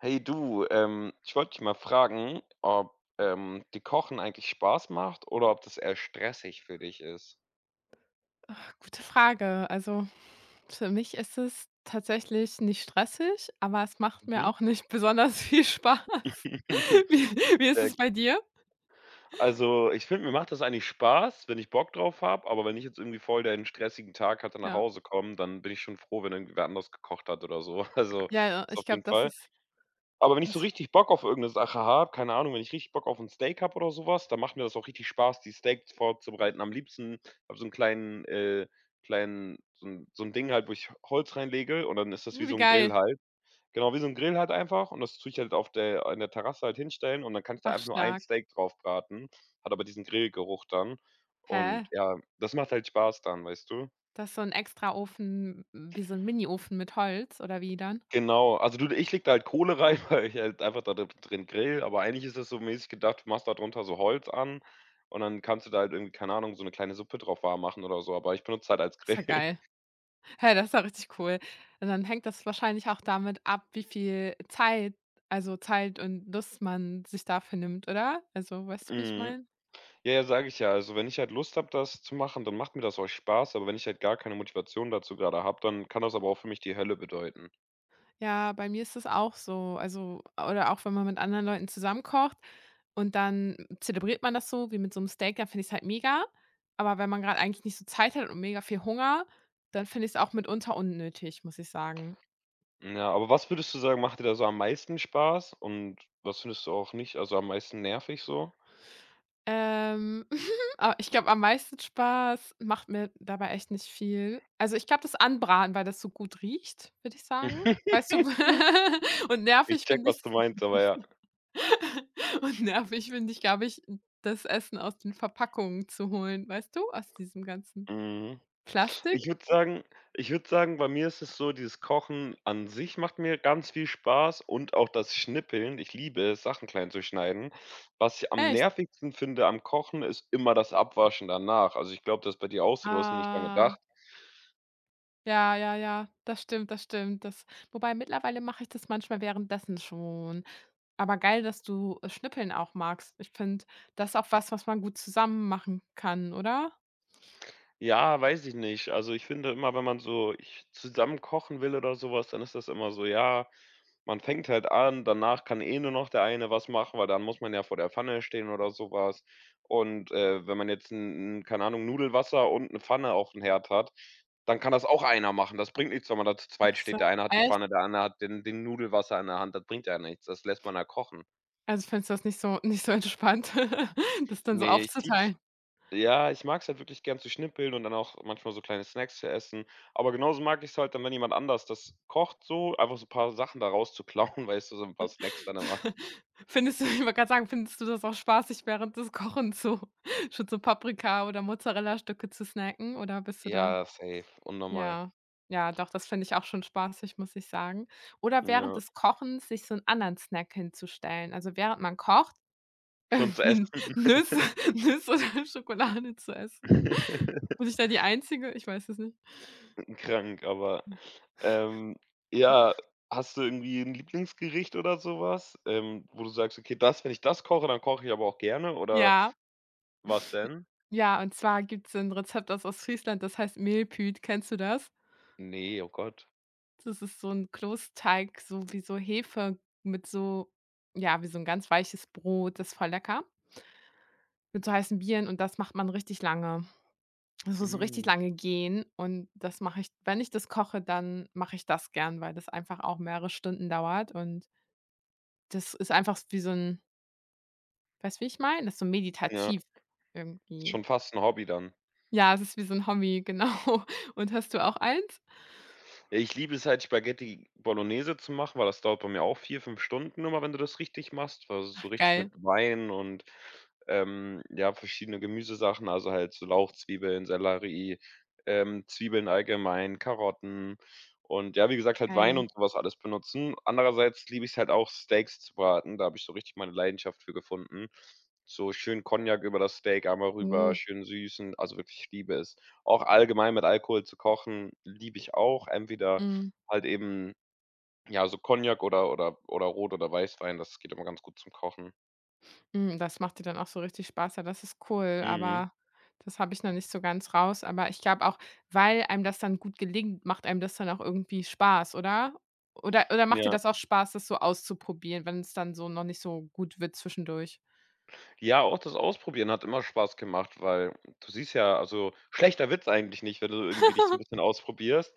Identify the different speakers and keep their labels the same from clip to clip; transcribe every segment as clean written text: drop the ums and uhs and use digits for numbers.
Speaker 1: Hey du, ich wollte dich mal fragen, ob, dir Kochen eigentlich Spaß macht oder ob das eher stressig für dich ist?
Speaker 2: Ach, gute Frage. Also, für mich ist es tatsächlich nicht stressig, aber es macht mir
Speaker 1: Mhm.
Speaker 2: auch nicht besonders viel Spaß. Wie wie ist
Speaker 1: Äh,
Speaker 2: es bei dir?
Speaker 1: also, ich finde, mir macht das eigentlich Spaß, wenn ich Bock drauf habe, aber wenn ich jetzt irgendwie voll den stressigen Tag hatte, nach
Speaker 2: Ja.
Speaker 1: Hause komme, dann bin ich schon froh, wenn irgendwie wer anders gekocht hat oder so. Also,
Speaker 2: Ja, ja,
Speaker 1: das auf
Speaker 2: ich glaube,
Speaker 1: jeden
Speaker 2: das
Speaker 1: Fall.
Speaker 2: ist
Speaker 1: Aber wenn ich so
Speaker 2: das.
Speaker 1: richtig Bock auf irgendeine Sache habe, keine Ahnung, wenn ich richtig Bock auf 'n Steak habe oder so was, dann macht mir das auch richtig Spaß, die Steaks vorzubereiten. Am liebsten habe so 'n kleinen so 'n Ding halt, wo ich Holz reinlege und dann ist das wie
Speaker 2: Wie
Speaker 1: so 'n Grill
Speaker 2: geil.
Speaker 1: halt. Genau, wie so 'n Grill halt einfach und das tue ich halt auf der in der Terrasse halt hinstellen und dann kann ich da
Speaker 2: Ach,
Speaker 1: einfach nur ein
Speaker 2: stark.
Speaker 1: Steak drauf braten, hat aber diesen Grillgeruch dann und
Speaker 2: Hä?
Speaker 1: ja, das macht halt Spaß dann, weißt du?
Speaker 2: Das ist so 'n Extraofen, wie so 'n Miniofen mit Holz oder wie dann?
Speaker 1: Genau, also du ich leg da halt Kohle rein, weil ich halt einfach da d drin grill, aber eigentlich ist es so mäßig gedacht, du machst da drunter so Holz an und dann kannst du da halt irgendwie, keine Ahnung, so eine kleine Suppe drauf warm machen oder so, aber ich benutze es halt als
Speaker 2: Ist
Speaker 1: Grill.
Speaker 2: ja geil. Hä, das ist ja richtig cool. Und dann hängt das wahrscheinlich auch damit ab, wie viel Zeit, also, Zeit und Lust man sich dafür nimmt, oder? Also, weißt du, wie ich
Speaker 1: Mhm.
Speaker 2: meine?
Speaker 1: Ja, ja, sage ich ja. Also, wenn ich halt Lust habe, das zu machen, dann macht mir das auch Spaß, aber wenn ich halt gar keine Motivation dazu gerade habe, dann kann das aber auch für mich die Hölle bedeuten.
Speaker 2: Ja, bei mir ist das auch so. Also, oder auch wenn man mit anderen Leuten zusammen kocht und dann zelebriert man das so wie mit so einem Steak, dann finde ich's halt mega. Aber wenn man gerade eigentlich nicht so Zeit hat und mega viel Hunger, dann finde ich's auch mitunter unnötig, muss ich sagen.
Speaker 1: Ja, aber was würdest du sagen, macht dir da so am meisten Spaß und was findest du auch nicht also am meisten nervig so?
Speaker 2: Ähm, aber ich glaube, am meisten Spaß macht mir dabei echt nicht viel. Also, ich glaube, das Anbraten, weil das so gut riecht, würde ich sagen. Weißt du? Und
Speaker 1: Ich
Speaker 2: nervig
Speaker 1: check,
Speaker 2: finde
Speaker 1: was
Speaker 2: ich's.
Speaker 1: du meinst, aber ja.
Speaker 2: Und nervig finde ich, glaube ich, das Essen aus den Verpackungen zu holen, weißt du? Aus diesem ganzen
Speaker 1: Mhm. Ich
Speaker 2: Plastik?
Speaker 1: würde sagen ich würde sagen, bei mir ist es so, dieses Kochen an sich macht mir ganz viel Spaß und auch das Schnippeln. Ich liebe es, Sachen klein zu schneiden. Was ich am
Speaker 2: Echt?
Speaker 1: nervigsten finde am Kochen, ist immer das Abwaschen danach. Also, ich glaube, das ist bei dir auch so, du hast nicht dran
Speaker 2: Ah,
Speaker 1: gedacht.
Speaker 2: ja, ja, ja, das stimmt, das stimmt. Das, wobei mittlerweile mache ich das manchmal währenddessen schon. Aber geil, dass du, Schnippeln auch magst. Ich finde, das ist auch was, was man gut zusammen machen kann, oder?
Speaker 1: Ja, weiß ich nicht. Also, ich finde immer, wenn man so ich zusammen kochen will oder sowas, dann ist das immer so, ja, man fängt halt an, danach kann eh nur noch der eine was machen, weil dann muss man ja vor der Pfanne stehen oder sowas. Und, wenn man jetzt 'n, keine Ahnung, Nudelwasser und 'ne Pfanne aufm Herd hat, dann kann das auch einer machen. Das bringt nichts, wenn man da zu
Speaker 2: Ach
Speaker 1: zweit steht.
Speaker 2: so,
Speaker 1: Der eine hat die
Speaker 2: echt?
Speaker 1: Pfanne, der andere hat den Nudelwasser in der Hand. Das bringt ja nichts. Das lässt man ja kochen.
Speaker 2: Also, findest du das nicht so entspannt, das dann so
Speaker 1: Ne, ich lieb's.
Speaker 2: aufzuteilen?
Speaker 1: Ja, ich mag's halt wirklich gern zu schnippeln und dann auch manchmal so kleine Snacks zu essen. Aber genauso mag ich's halt dann, wenn jemand anders das kocht so, einfach so ein paar Sachen da rauszuklauen, weißt du, so ein paar Snacks dann immer.
Speaker 2: Findest du, ich wollte gerade sagen, findest du das auch spaßig, während des Kochens so schon so Paprika oder Mozzarellastücke zu snacken oder bist du da?
Speaker 1: Ja, safe, unnormal.
Speaker 2: Ja. Ja, doch, das finde ich auch schon spaßig, muss ich sagen. Oder während
Speaker 1: Ja,
Speaker 2: des Kochens sich so 'n anderen Snack hinzustellen. Also, während man kocht,
Speaker 1: schon zu
Speaker 2: wie 'n
Speaker 1: essen.
Speaker 2: Nüsse oder Schokolade zu essen. Bin ich da die Einzige? Ich weiß es nicht.
Speaker 1: Krank, aber, ähm, ja, hast du irgendwie ein Lieblingsgericht oder sowas, wo du sagst: „Okay, das wenn ich das koche, dann koche ich aber auch gerne“, oder
Speaker 2: Ja,
Speaker 1: was denn?
Speaker 2: ja, und zwar gibt's 'n Rezept, das aus Friesland, das heißt Mehlpüt. Kennst du das?
Speaker 1: Ne, oh Gott.
Speaker 2: Das ist so 'n Kloßteig, so wie so Hefe mit so, ja, wie so 'n ganz weiches Brot, das ist voll lecker, mit so heißen Bieren und das macht man richtig lange. Das muss so richtig
Speaker 1: Mhm.
Speaker 2: lange gehen und das mache ich, wenn ich das koche, dann mache ich das gern, weil das einfach auch mehrere Stunden dauert und das ist einfach wie so 'n, weißt du, wie ich meine? Das ist so
Speaker 1: Ja,
Speaker 2: meditativ
Speaker 1: ist
Speaker 2: irgendwie.
Speaker 1: schon fast ein Hobby dann.
Speaker 2: Ja, es ist wie so 'n Hobby, genau. Und hast du auch eins?
Speaker 1: Ich liebe es halt, Spaghetti Bolognese zu machen, weil das dauert bei mir auch 4, 5 Stunden immer, wenn du das richtig machst, also so
Speaker 2: Ach
Speaker 1: richtig mit
Speaker 2: geil,
Speaker 1: Wein und, ja, verschiedene Gemüsesachen, also halt so Lauchzwiebeln, Sellerie, Zwiebeln allgemein, Karotten und ja, wie gesagt, halt Wein
Speaker 2: geil.
Speaker 1: und sowas alles benutzen. Andererseits liebe ich es halt auch, Steaks zu braten, da habe ich so richtig meine Leidenschaft für gefunden. So schön Cognac über das Steak einmal rüber,
Speaker 2: Oh,
Speaker 1: schön süßen, also wirklich, ich liebe es. Auch allgemein mit Alkohol zu kochen, liebe ich auch. Entweder
Speaker 2: mhm.
Speaker 1: halt eben, ja, so Cognac oder Rot oder Weißwein, das geht immer ganz gut zum Kochen.
Speaker 2: Das macht dir dann auch so richtig Spaß. Ja, das ist cool,
Speaker 1: Mhm.
Speaker 2: aber das habe ich noch nicht so ganz raus. Aber ich glaube auch, weil einem das dann gut gelingt, macht einem das dann auch irgendwie Spaß, oder? Oder macht dir
Speaker 1: Ja.
Speaker 2: das auch Spaß, das so auszuprobieren, wenn es dann so noch nicht so gut wird zwischendurch?
Speaker 1: Ja, auch das Ausprobieren hat immer Spaß gemacht, weil du siehst ja also, schlechter wird's eigentlich nicht, wenn du irgendwie dich so 'n bisschen ausprobierst.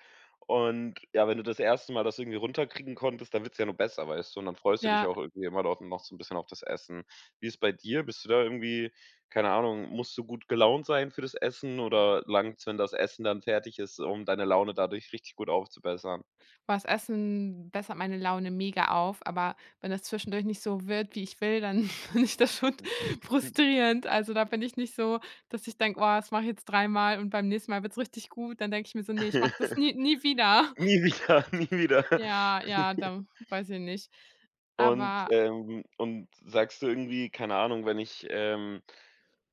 Speaker 1: Und ja, wenn du das erste Mal das irgendwie runterkriegen konntest, dann wird's ja nur besser, weißt du? Und dann freust du dich
Speaker 2: Ja.
Speaker 1: auch irgendwie immer noch so 'n bisschen auf das Essen. Wie ist bei dir? Bist du da irgendwie keine Ahnung, musst du gut gelaunt sein für das Essen oder langt's, wenn das Essen dann fertig ist, um deine Laune dadurch richtig gut aufzubessern?
Speaker 2: Was essen bessert meine Laune mega auf, aber wenn das zwischendurch nicht so wird, wie ich will, dann finde ich das schon frustrierend. Also, da bin ich nicht so, dass ich denke: „Oh, das mache ich jetzt dreimal und beim nächsten Mal wird's richtig gut.“ Dann denke ich mir so: „Nee, ich mache das nie wieder.“
Speaker 1: Nie wieder, nie wieder.
Speaker 2: Ja, ja, da weiß ich nicht. Aber
Speaker 1: Und sagst du irgendwie, keine Ahnung, wenn ich, ähm,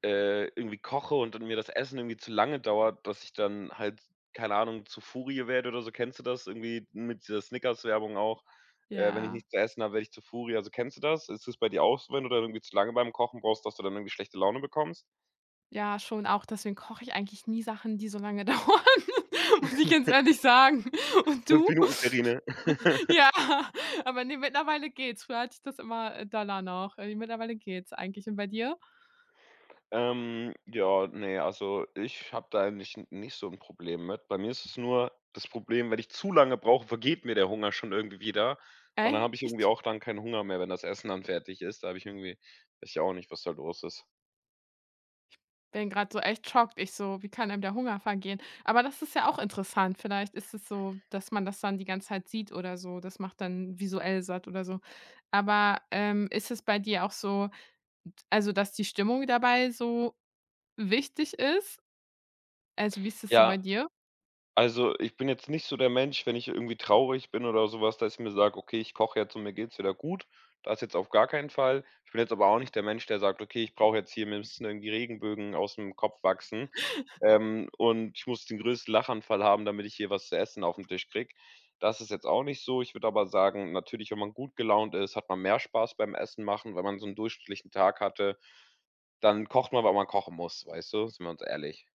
Speaker 1: äh, irgendwie koche und dann mir das Essen irgendwie zu lange dauert, dass ich dann halt, keine Ahnung, zu Furie werde oder so. Kennst du das irgendwie mit dieser Snickers-Werbung auch? Wenn ich
Speaker 2: ja,
Speaker 1: nichts zu essen habe, werde ich zu Furie. Also, kennst du das? Ist das bei dir auch so, wenn du dann irgendwie zu lange beim Kochen brauchst, dass du dann irgendwie schlechte Laune bekommst?
Speaker 2: ja, schon auch, deswegen koche ich eigentlich nie Sachen, die so lange dauern, muss ich ganz ehrlich sagen. Und
Speaker 1: 5
Speaker 2: du?
Speaker 1: Minuten Terrine.
Speaker 2: Ja, aber ne, mittlerweile geht's. Früher hatte ich das immer, doller noch. Mittlerweile geht's eigentlich. Und bei dir?
Speaker 1: Ja, ne, also ich habe da eigentlich nicht so ein Problem mit. Bei mir ist es nur das Problem, wenn ich zu lange brauche, vergeht mir der Hunger schon irgendwie wieder und dann habe ich irgendwie
Speaker 2: Echt?
Speaker 1: auch dann keinen Hunger mehr, wenn das Essen dann fertig ist. Da habe ich irgendwie weiß ich auch nicht, was da los ist.
Speaker 2: Bin gerade so echt schockt. Ich so: „Wie kann einem der Hunger vergehen?“ Aber das ist ja auch interessant. Vielleicht ist es so, dass man das dann die ganze Zeit sieht oder so. Das macht dann visuell satt oder so. Aber, ist es bei dir auch so, also, dass die Stimmung dabei so wichtig ist? Also, wie ist es so
Speaker 1: Ja,
Speaker 2: bei dir?
Speaker 1: also ich bin jetzt nicht so der Mensch, wenn ich irgendwie traurig bin oder sowas, dass ich mir sage: „Okay, ich koche jetzt und mir geht's wieder gut.“ Das jetzt auf gar keinen Fall. Ich bin jetzt aber auch nicht der Mensch, der sagt: „Okay, ich brauche jetzt hier mir müssen irgendwie Regenbögen aus dem Kopf wachsen.“ und ich muss den größten Lachanfall haben, damit ich hier was zu essen auf den Tisch kriege. Das ist jetzt auch nicht so. Ich würde aber sagen, natürlich, wenn man gut gelaunt ist, hat man mehr Spaß beim Essen machen. Wenn man so einen durchschnittlichen Tag hatte, dann kocht man, weil man kochen muss, weißt du? Sind wir uns ehrlich.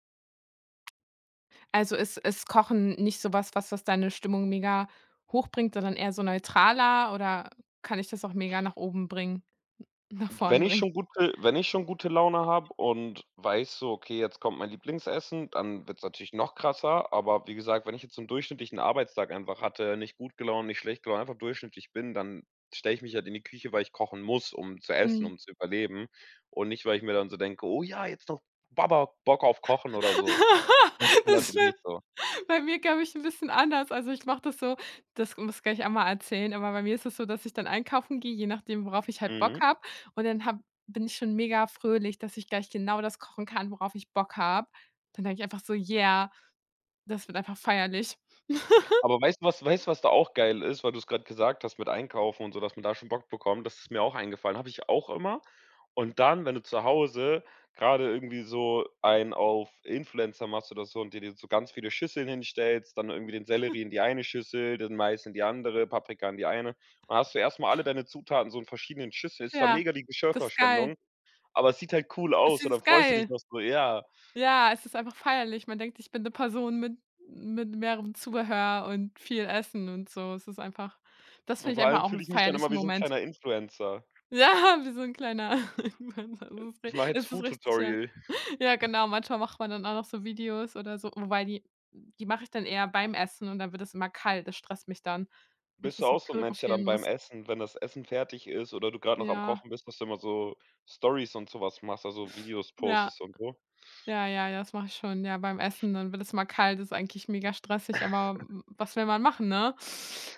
Speaker 2: Also, ist Kochen nicht sowas, was, was deine Stimmung mega hochbringt, sondern eher so neutraler oder kann ich das auch mega nach oben bringen, nach
Speaker 1: Wenn
Speaker 2: vorn
Speaker 1: ich
Speaker 2: bringen?
Speaker 1: schon gute wenn ich schon gute Laune habe und weiß so: „Okay, jetzt kommt mein Lieblingsessen“, dann wird es natürlich noch krasser. Aber wie gesagt, wenn ich jetzt so 'n durchschnittlichen Arbeitstag einfach hatte, nicht gut gelaunt, nicht schlecht gelaunt, einfach durchschnittlich bin, dann stelle ich mich halt in die Küche, weil ich kochen muss, um zu essen,
Speaker 2: Mhm.
Speaker 1: um zu überleben und nicht, weil ich mir dann so denke: „Oh ja, jetzt noch Baba Bock auf Kochen“ oder so. Das ist
Speaker 2: Das ist
Speaker 1: natürlich
Speaker 2: bei
Speaker 1: nicht so.
Speaker 2: bei mir, glaube ich, ein bisschen anders. Also, ich mache das so, das muss, kann ich auch mal erzählen, aber bei mir ist es so, dass ich dann einkaufen gehe, je nachdem, worauf ich halt Bock
Speaker 1: Mhm.
Speaker 2: habe und dann habe bin ich schon mega fröhlich, dass ich gleich genau das kochen kann, worauf ich Bock habe. Dann denke ich einfach so: „Yeah, das wird einfach feierlich.“
Speaker 1: Aber weißt du, was da auch geil ist, weil du es gerade gesagt hast mit Einkaufen und so, dass man da schon Bock bekommt? Das ist mir auch eingefallen, habe ich auch immer. Und dann, wenn du zu Hause gerade irgendwie so einen auf Influencer machst oder so und dir so ganz viele Schüsseln hinstellst, dann irgendwie den Sellerie in die eine Schüssel, den Mais in die andere, Paprika in die eine. Dann hast du erst mal alle deine Zutaten so in verschiedenen Schüsseln. Ist zwar
Speaker 2: Ja,
Speaker 1: mega die
Speaker 2: das ist geil.
Speaker 1: Geschirrverschwendung, aber es sieht halt cool
Speaker 2: Das
Speaker 1: aus und dann
Speaker 2: ist
Speaker 1: freust du dich
Speaker 2: geil.
Speaker 1: noch so, ja.
Speaker 2: Ja, es ist einfach feierlich. Man denkt, ich bin 'ne Person mit mehrerem Zubehör und viel Essen und so. Es ist einfach, das
Speaker 1: Und
Speaker 2: finde ich
Speaker 1: vor
Speaker 2: einfach
Speaker 1: allem
Speaker 2: auch
Speaker 1: fühle
Speaker 2: 'n
Speaker 1: ich mich dann immer
Speaker 2: feierlichen
Speaker 1: wie so 'n
Speaker 2: Moment.
Speaker 1: kleiner Influencer.
Speaker 2: Ja, wie so 'n kleiner Influencer. Es ist ri
Speaker 1: Ich mache jetzt
Speaker 2: es ist richtig, ja.
Speaker 1: Food-Tutorial.
Speaker 2: Ja, genau, manchmal macht man dann auch noch so Videos oder so, wobei die mache ich dann eher beim Essen und dann wird es immer kalt. Das stresst mich dann, wenn ich
Speaker 1: Bist du
Speaker 2: das noch
Speaker 1: auch so 'n Mensch, der dann
Speaker 2: fotografieren
Speaker 1: beim
Speaker 2: muss.
Speaker 1: Essen, wenn das Essen fertig ist oder du grad noch am
Speaker 2: Ja,
Speaker 1: Kochen bist, dass du immer so Stories und so was machst, also Videos
Speaker 2: ja,
Speaker 1: postest und so?
Speaker 2: ja, ja, ja, das mache ich schon. Ja, beim Essen, dann wird es immer kalt, ist eigentlich mega stressig, aber w was will man machen, ne?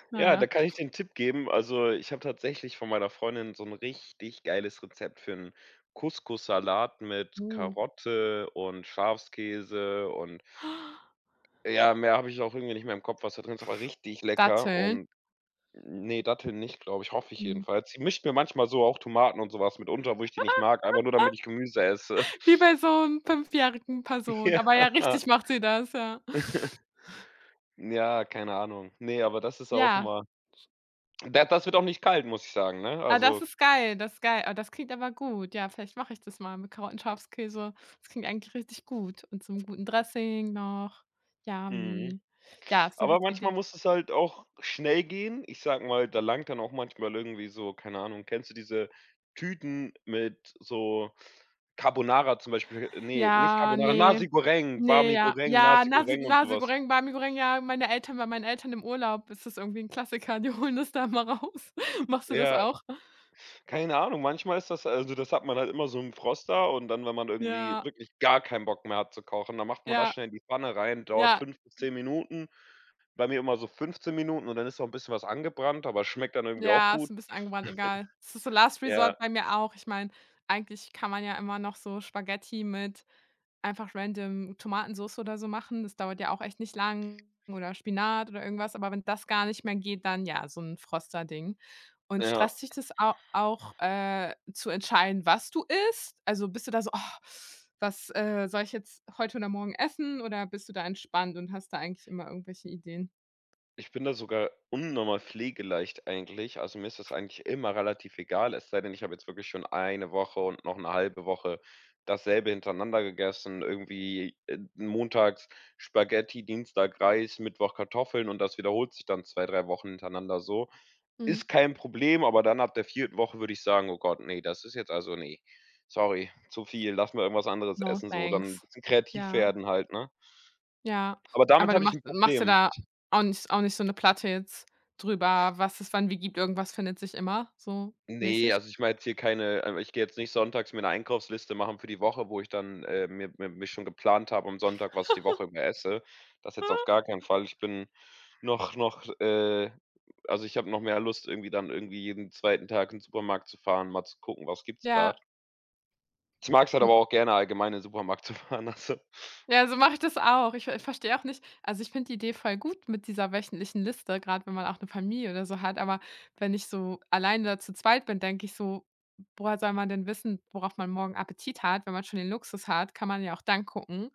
Speaker 2: Na
Speaker 1: Ja,
Speaker 2: ja.
Speaker 1: da kann ich dir 'n Tipp geben. Also, ich habe tatsächlich von meiner Freundin so 'n richtig geiles Rezept für 'n Couscous-Salat mit
Speaker 2: Uh,
Speaker 1: Karotte und Schafskäse und ja, mehr habe ich auch irgendwie nicht mehr im Kopf, was da drin ist, aber richtig lecker
Speaker 2: Datteln.
Speaker 1: und ne, Datteln nicht, glaube ich, hoffe ich
Speaker 2: Mhm.
Speaker 1: jedenfalls. Sie mischt mir manchmal so auch Tomaten und so was mit unter, wo ich die nicht mag, einfach nur damit ich Gemüse esse.
Speaker 2: Wie bei so 'nem 5-jährigen Person,
Speaker 1: Ja.
Speaker 2: aber ja, richtig macht sie das, ja.
Speaker 1: Ja, keine Ahnung. Ne, aber das ist auch
Speaker 2: Ja,
Speaker 1: immer da das wird auch nicht kalt, muss ich sagen, ne?
Speaker 2: ah,
Speaker 1: Also
Speaker 2: das ist geil, das ist geil. Ah, das klingt aber gut. Ja, vielleicht mache ich das mal mit Karotten, Schafskäse. Das klingt eigentlich richtig gut und so 'nem guten Dressing noch.
Speaker 1: mhm.
Speaker 2: Yummy. Ja, ist 'ne
Speaker 1: Aber
Speaker 2: gute
Speaker 1: manchmal
Speaker 2: Idee.
Speaker 1: muss es halt auch schnell gehen. Ich sage mal, da langt dann auch manchmal irgendwie so, keine Ahnung, kennst du diese Tüten mit so Carbonara zum Beispiel ne, nicht
Speaker 2: Ja,
Speaker 1: Carbonara, Nasi
Speaker 2: ne,
Speaker 1: Goreng,
Speaker 2: ne,
Speaker 1: Barmi
Speaker 2: ja.
Speaker 1: Goreng,
Speaker 2: Ja,
Speaker 1: Nasi
Speaker 2: Nasi
Speaker 1: Goreng und so
Speaker 2: Nasi
Speaker 1: was.
Speaker 2: Goreng, Bami Goreng, ja, meine Eltern, bei meinen Eltern im Urlaub ist das irgendwie 'n Klassiker, die holen das da immer raus. Machst du das
Speaker 1: Ja.
Speaker 2: auch?
Speaker 1: Keine Ahnung, manchmal ist das also, das hat man halt immer so im Froster und dann, wenn man irgendwie
Speaker 2: Ja,
Speaker 1: wirklich gar keinen Bock mehr hat zu kochen, dann macht man das
Speaker 2: ja.
Speaker 1: schnell in die Pfanne rein, dauert
Speaker 2: Ja,
Speaker 1: 5 bis 10 Minuten. Bei mir immer so 15 Minuten und dann ist noch ein bisschen was angebrannt, aber schmeckt dann irgendwie auch
Speaker 2: ja, ist
Speaker 1: gut.
Speaker 2: 'n bisschen angebrannt, egal. Es ist so Last Resort
Speaker 1: Ja,
Speaker 2: bei mir auch. Ich meine, eigentlich kann man ja immer noch so Spaghetti mit einfach random Tomatensoße oder so machen. Das dauert ja auch echt nicht lang, oder Spinat oder irgendwas, aber wenn das gar nicht mehr geht, dann ja, so 'n Froster-Ding. Und
Speaker 1: ja.
Speaker 2: stresst dich das au auch, zu entscheiden, was du isst? Also, bist du da so: „Oh, was, soll ich jetzt heute oder morgen essen?“ oder bist du da entspannt und hast da eigentlich immer irgendwelche Ideen?
Speaker 1: Ich bin da sogar unnormal pflegeleicht eigentlich. Also, mir ist das eigentlich immer relativ egal, es sei denn, ich habe jetzt wirklich schon eine Woche und noch eine halbe Woche dasselbe hintereinander gegessen. Irgendwie montags Spaghetti, Dienstag Reis, Mittwoch Kartoffeln, und das wiederholt sich dann 2, 3 Wochen hintereinander so.
Speaker 2: Mhm.
Speaker 1: Ist kein Problem, aber dann ab der vierten Woche würde ich sagen: „Oh Gott, nee, das ist jetzt, also nee, sorry, zu viel, lass mal irgendwas anderes
Speaker 2: No
Speaker 1: essen so.“ Dann ein
Speaker 2: thanks.
Speaker 1: bisschen kreativ
Speaker 2: Ja.
Speaker 1: werden halt, ne?
Speaker 2: Ja,
Speaker 1: Aber damit
Speaker 2: aber du
Speaker 1: habe ich
Speaker 2: machst
Speaker 1: ein
Speaker 2: machst dir
Speaker 1: Problem.
Speaker 2: da auch nicht so eine Platte jetzt drüber, was es wann wie gibt, irgendwas findet sich immer so
Speaker 1: Ne,
Speaker 2: mäßig?
Speaker 1: also ich mache jetzt hier keine ich gehe jetzt nicht sonntags mir 'ne Einkaufsliste machen für die Woche, wo ich dann, mir mich schon geplant habe am Sonntag, was ich die Woche über esse. Das jetzt auf gar keinen Fall. Ich bin noch, also ich habe noch mehr Lust, irgendwie dann irgendwie jeden zweiten Tag in 'n Supermarkt zu fahren, mal zu gucken, was gibt's grad.
Speaker 2: Ja,
Speaker 1: Ich mag's halt
Speaker 2: so,
Speaker 1: aber auch gerne allgemein in 'n Supermarkt zu fahren, also
Speaker 2: ja, so mache ich das auch. Ich verstehe auch nicht, also, ich finde die Idee voll gut mit dieser wöchentlichen Liste, gerade wenn man auch eine Familie oder so hat, aber wenn ich so alleine oder zu zweit bin, denke ich so: „Woher soll man denn wissen, worauf man morgen Appetit hat?“ Wenn man schon den Luxus hat, kann man ja auch dann gucken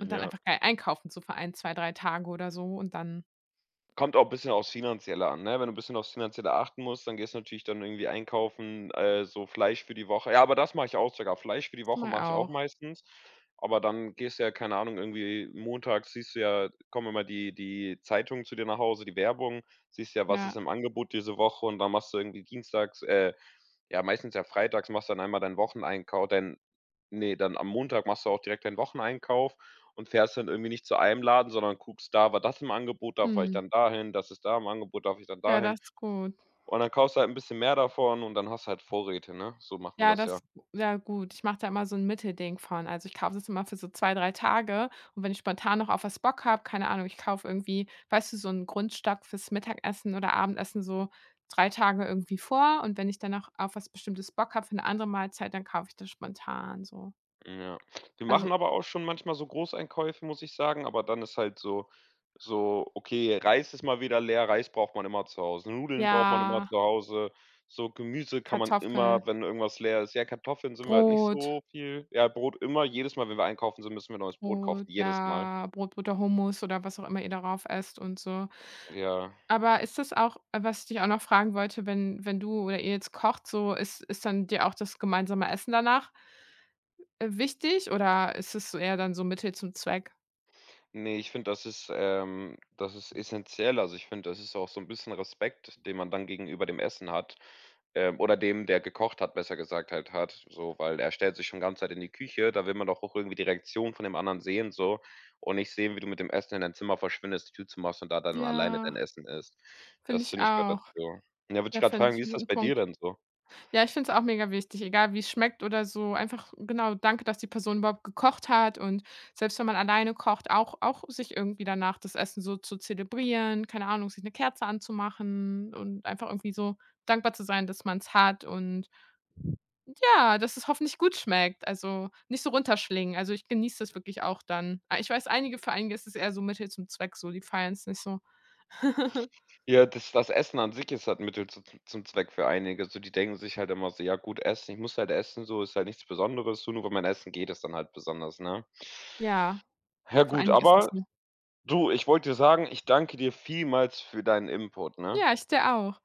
Speaker 2: und dann einfach geil einkaufen, so für 1, 2, 3 Tage oder so und dann
Speaker 1: Kommt auch ein bisschen aufs Finanzielle an, ne? Wenn du ein bisschen aufs Finanzielle achten musst, dann gehst du natürlich dann irgendwie einkaufen, so Fleisch für die Woche. Ja, aber das mache ich auch sogar. Fleisch für die Woche
Speaker 2: Mal
Speaker 1: mache ich auch
Speaker 2: auch,
Speaker 1: meistens, aber dann gehst du, ja, keine Ahnung, irgendwie montags siehst du, ja, kommen immer die die Zeitungen zu dir nach Hause, die Werbung, siehst ja, was ist
Speaker 2: ja.
Speaker 1: im Angebot diese Woche. Und dann machst du irgendwie meistens ja freitags machst du dann einmal deinen Wocheneinkau dein nee dann am Montag machst du auch direkt deinen Wocheneinkauf und fährst dann irgendwie nicht zu einem Laden, sondern guckst, da war das im Angebot, da fahre ich
Speaker 2: Mhm.
Speaker 1: dann dahin, das ist da im Angebot, darf ich dann
Speaker 2: Ja,
Speaker 1: dahin.
Speaker 2: das ist gut.
Speaker 1: Und dann kaufst du halt ein bisschen mehr davon, und dann hast du halt Vorräte, ne? So macht man
Speaker 2: Ja,
Speaker 1: das ja.
Speaker 2: das, ja gut. Ich mache da immer so 'n Mittelding von. Also, ich kaufe das immer für so 2, 3 Tage und wenn ich spontan noch auf was Bock habe, keine Ahnung, ich kaufe irgendwie, weißt du, so 'n Grundstock fürs Mittagessen oder Abendessen, so 3 Tage irgendwie vor, und wenn ich dann noch auf was Bestimmtes Bock habe für 'ne andere Mahlzeit, dann kaufe ich das spontan so.
Speaker 1: Ja. Wir machen
Speaker 2: Also
Speaker 1: aber auch schon manchmal so Großeinkäufe, muss ich sagen, aber dann ist halt so so: Okay, Reis ist mal wieder leer, Reis braucht man immer zu Hause, Nudeln braucht man immer
Speaker 2: ja,
Speaker 1: zu Hause, so Gemüse kann man
Speaker 2: Kartoffeln,
Speaker 1: immer, wenn irgendwas leer ist, ja, Kartoffeln sind wir halt nicht
Speaker 2: Brot
Speaker 1: so viel, ja, Brot immer, jedes Mal, wenn wir einkaufen sind, müssen wir neues Brot kaufen,
Speaker 2: Brot,
Speaker 1: jedes Mal.
Speaker 2: ja, Brot, Butter, Hummus oder was auch immer ihr darauf esst und so.
Speaker 1: Ja.
Speaker 2: Aber ist das auch, was ich dich auch noch fragen wollte, wenn du oder ihr jetzt kocht, so ist dann dir auch das gemeinsame Essen danach, wichtig oder ist es so eher dann so Mittel zum Zweck?
Speaker 1: Ne, ich finde, das ist essenziell. Also, ich finde, das ist auch so ein bisschen Respekt, den man dann gegenüber dem Essen hat, oder dem, der gekocht hat, besser gesagt halt hat, so, weil er stellt sich schon ganze Zeit in die Küche, da will man doch auch irgendwie die Reaktion von dem anderen sehen, so, und nicht sehen, wie du mit dem Essen in dein Zimmer verschwindest, die Tür zumachst und da dann alleine
Speaker 2: Ja,
Speaker 1: dein Essen isst.
Speaker 2: finde
Speaker 1: Das,
Speaker 2: ich
Speaker 1: finde ich, gehört
Speaker 2: auch.
Speaker 1: dazu. Ja, würde ich
Speaker 2: Ja,
Speaker 1: gerade
Speaker 2: finde
Speaker 1: fragen, wie
Speaker 2: ich 'n
Speaker 1: ist das
Speaker 2: guten
Speaker 1: bei dir
Speaker 2: Punkt.
Speaker 1: denn so?
Speaker 2: Ja, ich finde es auch mega wichtig, egal wie es schmeckt oder so. Einfach genau, danke, dass die Person überhaupt gekocht hat und selbst wenn man alleine kocht, auch sich irgendwie danach das Essen so zu zelebrieren, keine Ahnung, sich eine Kerze anzumachen und einfach irgendwie so dankbar zu sein, dass man es hat und, ja, dass es hoffentlich gut schmeckt, also, nicht so runterschlingen. Also, ich genieße das wirklich auch dann. Ah, ich weiß, einige für einige ist es eher so Mittel zum Zweck so, die feiern's nicht so.
Speaker 1: Ja, das das Essen an sich ist halt Mittel zu zum Zweck für einige. So, die denken sich halt immer so: „Ja gut, Essen, ich muss halt essen, so ist halt nichts Besonderes, so nur wenn man essen geht, ist dann halt besonders“, ne?
Speaker 2: Ja,
Speaker 1: Ja
Speaker 2: für
Speaker 1: gut,
Speaker 2: einige ist
Speaker 1: aber
Speaker 2: es 'ne.
Speaker 1: du, ich wollte dir sagen, ich danke dir vielmals für deinen Input, ne?
Speaker 2: Ja, ich dir auch.